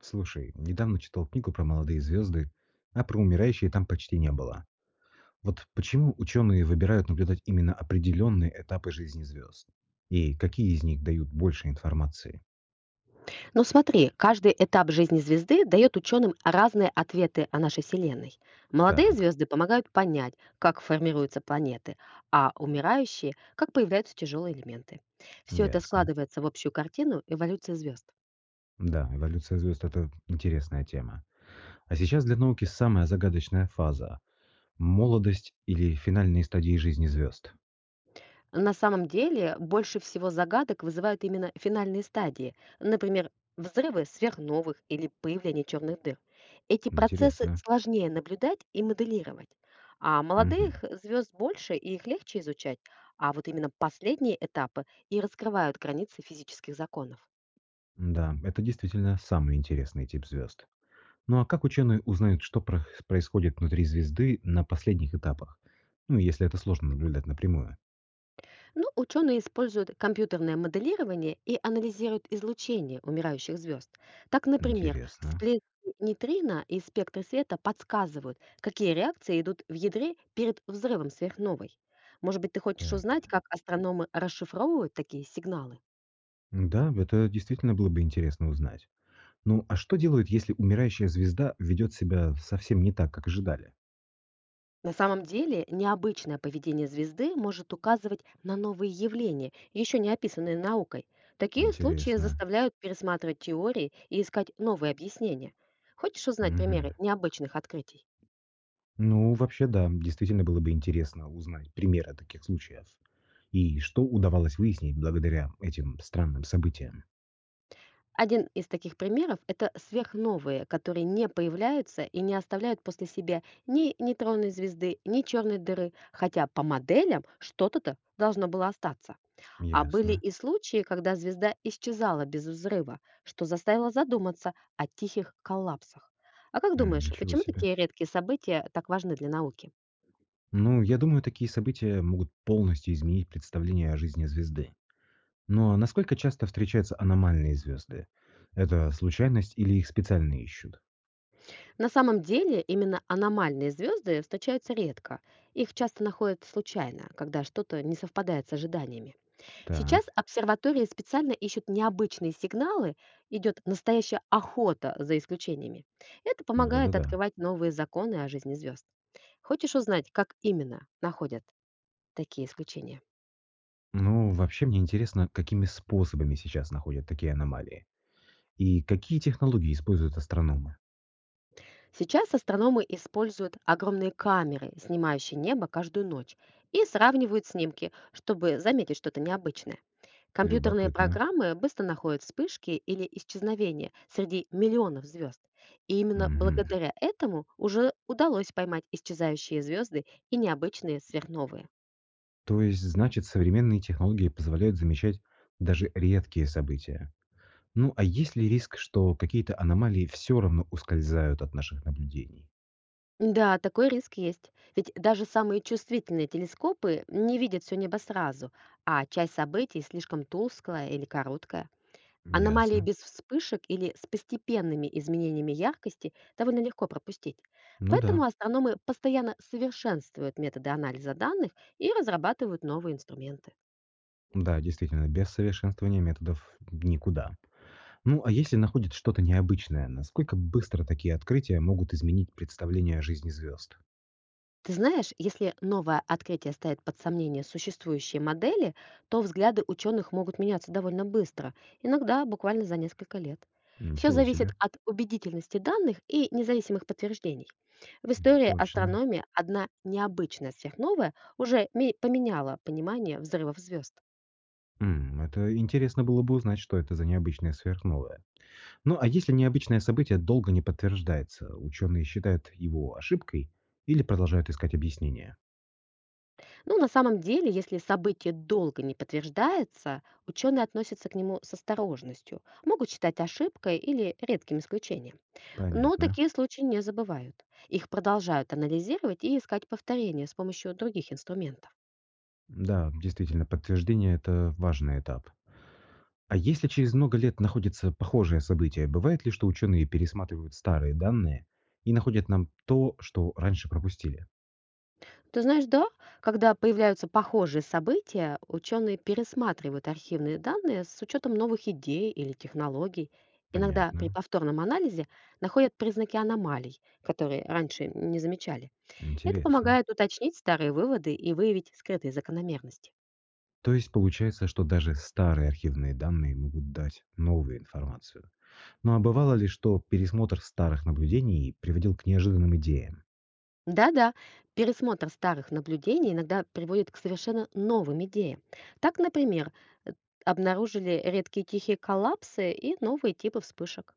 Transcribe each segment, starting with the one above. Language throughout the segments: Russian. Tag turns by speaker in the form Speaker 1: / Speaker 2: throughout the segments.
Speaker 1: Слушай, недавно читал книгу про молодые звезды, а про умирающие там почти не было. Вот почему ученые выбирают наблюдать именно определенные этапы жизни звезд? И какие из них дают больше информации?
Speaker 2: Но смотри, каждый этап жизни звезды дает ученым разные ответы о нашей Вселенной. Молодые
Speaker 1: Так,
Speaker 2: звезды помогают понять, как формируются планеты, а умирающие, как появляются тяжелые элементы. Все это
Speaker 1: ясно.
Speaker 2: складывается в общую картину эволюции звезд.
Speaker 1: Да, эволюция звезд – это интересная тема. А сейчас для науки самая загадочная фаза – молодость или финальные стадии жизни звезд?
Speaker 2: На самом деле, больше всего загадок вызывают именно финальные стадии, например, взрывы сверхновых или появление черных дыр. Эти процессы
Speaker 1: Интересно.
Speaker 2: сложнее наблюдать и моделировать. А
Speaker 1: Мгм.
Speaker 2: молодых звезд больше и их легче изучать, а вот именно последние этапы и раскрывают границы физических законов.
Speaker 1: Да, это действительно самый интересный тип звезд. Ну а как ученые узнают, что происходит внутри звезды на последних этапах? Ну, если это сложно наблюдать напрямую.
Speaker 2: Ну, ученые используют компьютерное моделирование и анализируют излучение умирающих звезд. Так, например,
Speaker 1: Интересно.
Speaker 2: всплески нейтрина и спектры света подсказывают, какие реакции идут в ядре перед взрывом сверхновой. Может быть, ты хочешь
Speaker 1: Так.
Speaker 2: узнать, как астрономы расшифровывают такие сигналы?
Speaker 1: Да, это действительно было бы интересно узнать. Ну, а что делают, если умирающая звезда ведет себя совсем не так, как ожидали?
Speaker 2: На самом деле, необычное поведение звезды может указывать на новые явления, еще не описанные наукой. Такие случаи
Speaker 1: Интересно.
Speaker 2: заставляют пересматривать теории и искать новые объяснения. Хочешь узнать
Speaker 1: Мгм.
Speaker 2: примеры необычных открытий?
Speaker 1: Ну, вообще, да, действительно было бы интересно узнать примеры таких случаев. И что удавалось выяснить благодаря этим странным событиям.
Speaker 2: Один из таких примеров – это сверхновые, которые не появляются и не оставляют после себя ни нейтронной звезды, ни черной дыры, хотя по моделям что-то-то должно было остаться. А были
Speaker 1: Ясно.
Speaker 2: и случаи, когда звезда исчезала без взрыва, что заставило задуматься о тихих коллапсах. А как
Speaker 1: М,
Speaker 2: думаешь,
Speaker 1: ничего
Speaker 2: почему
Speaker 1: себе.
Speaker 2: такие редкие события так важны для науки?
Speaker 1: Ну, я думаю, такие события могут полностью изменить представление о жизни звезды. Но насколько часто встречаются аномальные звезды? Это случайность или их специально ищут?
Speaker 2: На самом деле, именно аномальные звезды встречаются редко. Их часто находят случайно, когда что-то не совпадает с ожиданиями.
Speaker 1: Так,
Speaker 2: Сейчас обсерватории специально ищут необычные сигналы, идет настоящая охота за исключениями. Это
Speaker 1: вот это
Speaker 2: помогает
Speaker 1: да.
Speaker 2: открывать новые законы о жизни звезд. Хочешь узнать, как именно находят такие исключения?
Speaker 1: Ну, вообще мне интересно, какими способами сейчас находят такие аномалии? И какие технологии используют астрономы?
Speaker 2: Сейчас астрономы используют огромные камеры, снимающие небо каждую ночь, и сравнивают снимки, чтобы заметить что-то необычное. Компьютерные
Speaker 1: Любопытно.
Speaker 2: программы быстро находят вспышки или исчезновения среди миллионов звезд. И именно
Speaker 1: Мгм.
Speaker 2: благодаря этому уже удалось поймать исчезающие звезды и необычные сверхновые.
Speaker 1: То есть, значит, современные технологии позволяют замечать даже редкие события. Ну, а есть ли риск, что какие-то аномалии все равно ускользают от наших наблюдений?
Speaker 2: Да, такой риск есть. Ведь даже самые чувствительные телескопы не видят все небо сразу, а часть событий слишком тусклая или короткая. Аномалии
Speaker 1: Ясно.
Speaker 2: без вспышек или с постепенными изменениями яркости довольно легко пропустить.
Speaker 1: Ну
Speaker 2: Поэтому
Speaker 1: да.
Speaker 2: астрономы постоянно совершенствуют методы анализа данных и разрабатывают новые инструменты.
Speaker 1: Да, действительно, без совершенствования методов никуда. Ну, а если находят что-то необычное, насколько быстро такие открытия могут изменить представление о жизни звезд?
Speaker 2: Ты знаешь, если новое открытие ставит под сомнение существующие модели, то взгляды ученых могут меняться довольно быстро, иногда буквально за несколько лет. Все
Speaker 1: Ничего
Speaker 2: зависит
Speaker 1: себе.
Speaker 2: от убедительности данных и независимых подтверждений. В
Speaker 1: М,
Speaker 2: истории
Speaker 1: точно.
Speaker 2: астрономии одна необычная сверхновая уже поменяла понимание взрывов звезд.
Speaker 1: М, это интересно было бы узнать, что это за необычное сверхновое. Ну, а если необычное событие долго не подтверждается, ученые считают его ошибкой или продолжают искать объяснение?
Speaker 2: Но на самом деле, если событие долго не подтверждается, ученые относятся к нему с осторожностью, могут считать ошибкой или редким исключением. Но
Speaker 1: Понятно.
Speaker 2: такие случаи не забывают. Их продолжают анализировать и искать повторения с помощью других инструментов.
Speaker 1: Да, действительно, подтверждение – это важный этап. А если через много лет находится похожее событие, бывает ли, что ученые пересматривают старые данные и находят нам то, что раньше пропустили?
Speaker 2: Ты знаешь, да, когда появляются похожие события, ученые пересматривают архивные данные с учетом новых идей или технологий. Иногда при
Speaker 1: Понятно.
Speaker 2: повторном анализе находят признаки аномалий, которые раньше не замечали. Это
Speaker 1: Интересно.
Speaker 2: помогает уточнить старые выводы и выявить скрытые закономерности.
Speaker 1: То есть получается, что даже старые архивные данные могут дать новую информацию. Ну а бывало ли, что пересмотр старых наблюдений приводил к неожиданным идеям?
Speaker 2: Да-да, пересмотр старых наблюдений иногда приводит к совершенно новым идеям. Так, например, э, обнаружили редкие тихие коллапсы и новые типы вспышек.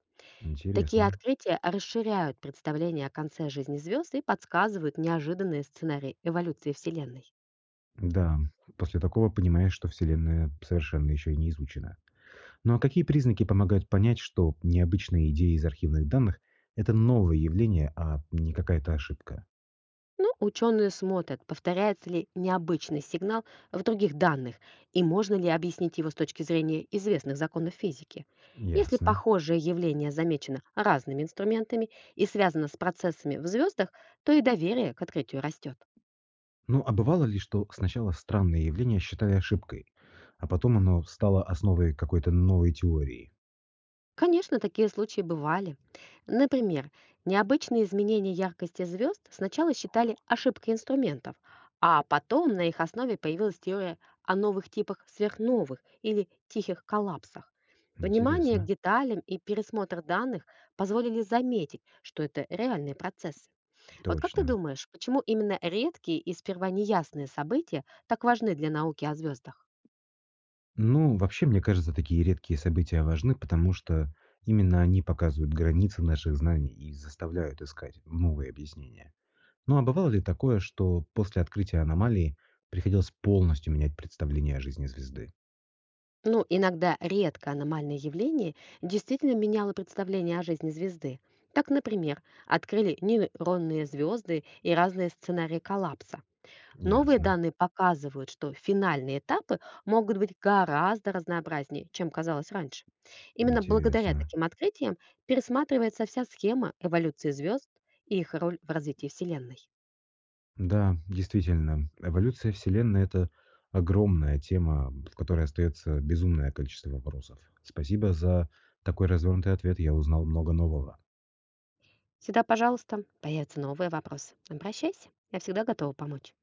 Speaker 2: Такие
Speaker 1: Интересно.
Speaker 2: открытия расширяют представление о конце жизни звезд и подсказывают неожиданные сценарии эволюции Вселенной.
Speaker 1: Да, после такого понимаешь, что Вселенная совершенно еще и не изучена. Ну а какие признаки помогают понять, что необычные идеи из архивных данных – это новое явление, а не какая-то ошибка?
Speaker 2: Но ученые смотрят, повторяется ли необычный сигнал в других данных и можно ли объяснить его с точки зрения известных законов физики. Если
Speaker 1: Ясно.
Speaker 2: похожее явление замечено разными инструментами и связано с процессами в звездах, то и доверие к открытию растет.
Speaker 1: Ну а бывало ли, что сначала странное явление считали ошибкой, а потом оно стало основой какой-то новой теории?
Speaker 2: Конечно, такие случаи бывали. Например, необычные изменения яркости звезд сначала считали ошибкой инструментов, а потом на их основе появилась теория о новых типах сверхновых или тихих коллапсах. Внимание к
Speaker 1: Интересно.
Speaker 2: деталям и пересмотр данных позволили заметить, что это реальные процессы. А вот как ты
Speaker 1: Точно.
Speaker 2: думаешь, почему именно редкие и сперва неясные события так важны для науки о звездах?
Speaker 1: Ну, вообще, мне кажется, такие редкие события важны, потому что именно они показывают границы наших знаний и заставляют искать новые объяснения. Ну а бывало ли такое, что после открытия аномалии приходилось полностью менять представление о жизни звезды?
Speaker 2: Ну, иногда редко аномальное явление действительно меняло представление о жизни звезды. Так, например, открыли нейронные звезды и разные сценарии коллапса. Новые
Speaker 1: Ясно.
Speaker 2: данные показывают, что финальные этапы могут быть гораздо разнообразнее, чем казалось раньше. Именно благодаря
Speaker 1: Интересно.
Speaker 2: таким открытиям пересматривается вся схема эволюции звезд и их роль в развитии Вселенной.
Speaker 1: Да, действительно, эволюция Вселенной – это огромная тема, в которой остается безумное количество вопросов. Спасибо за такой развернутый ответ, я узнал много нового.
Speaker 2: Всегда, пожалуйста, появятся новые вопросы. Обращайся, я всегда готова помочь.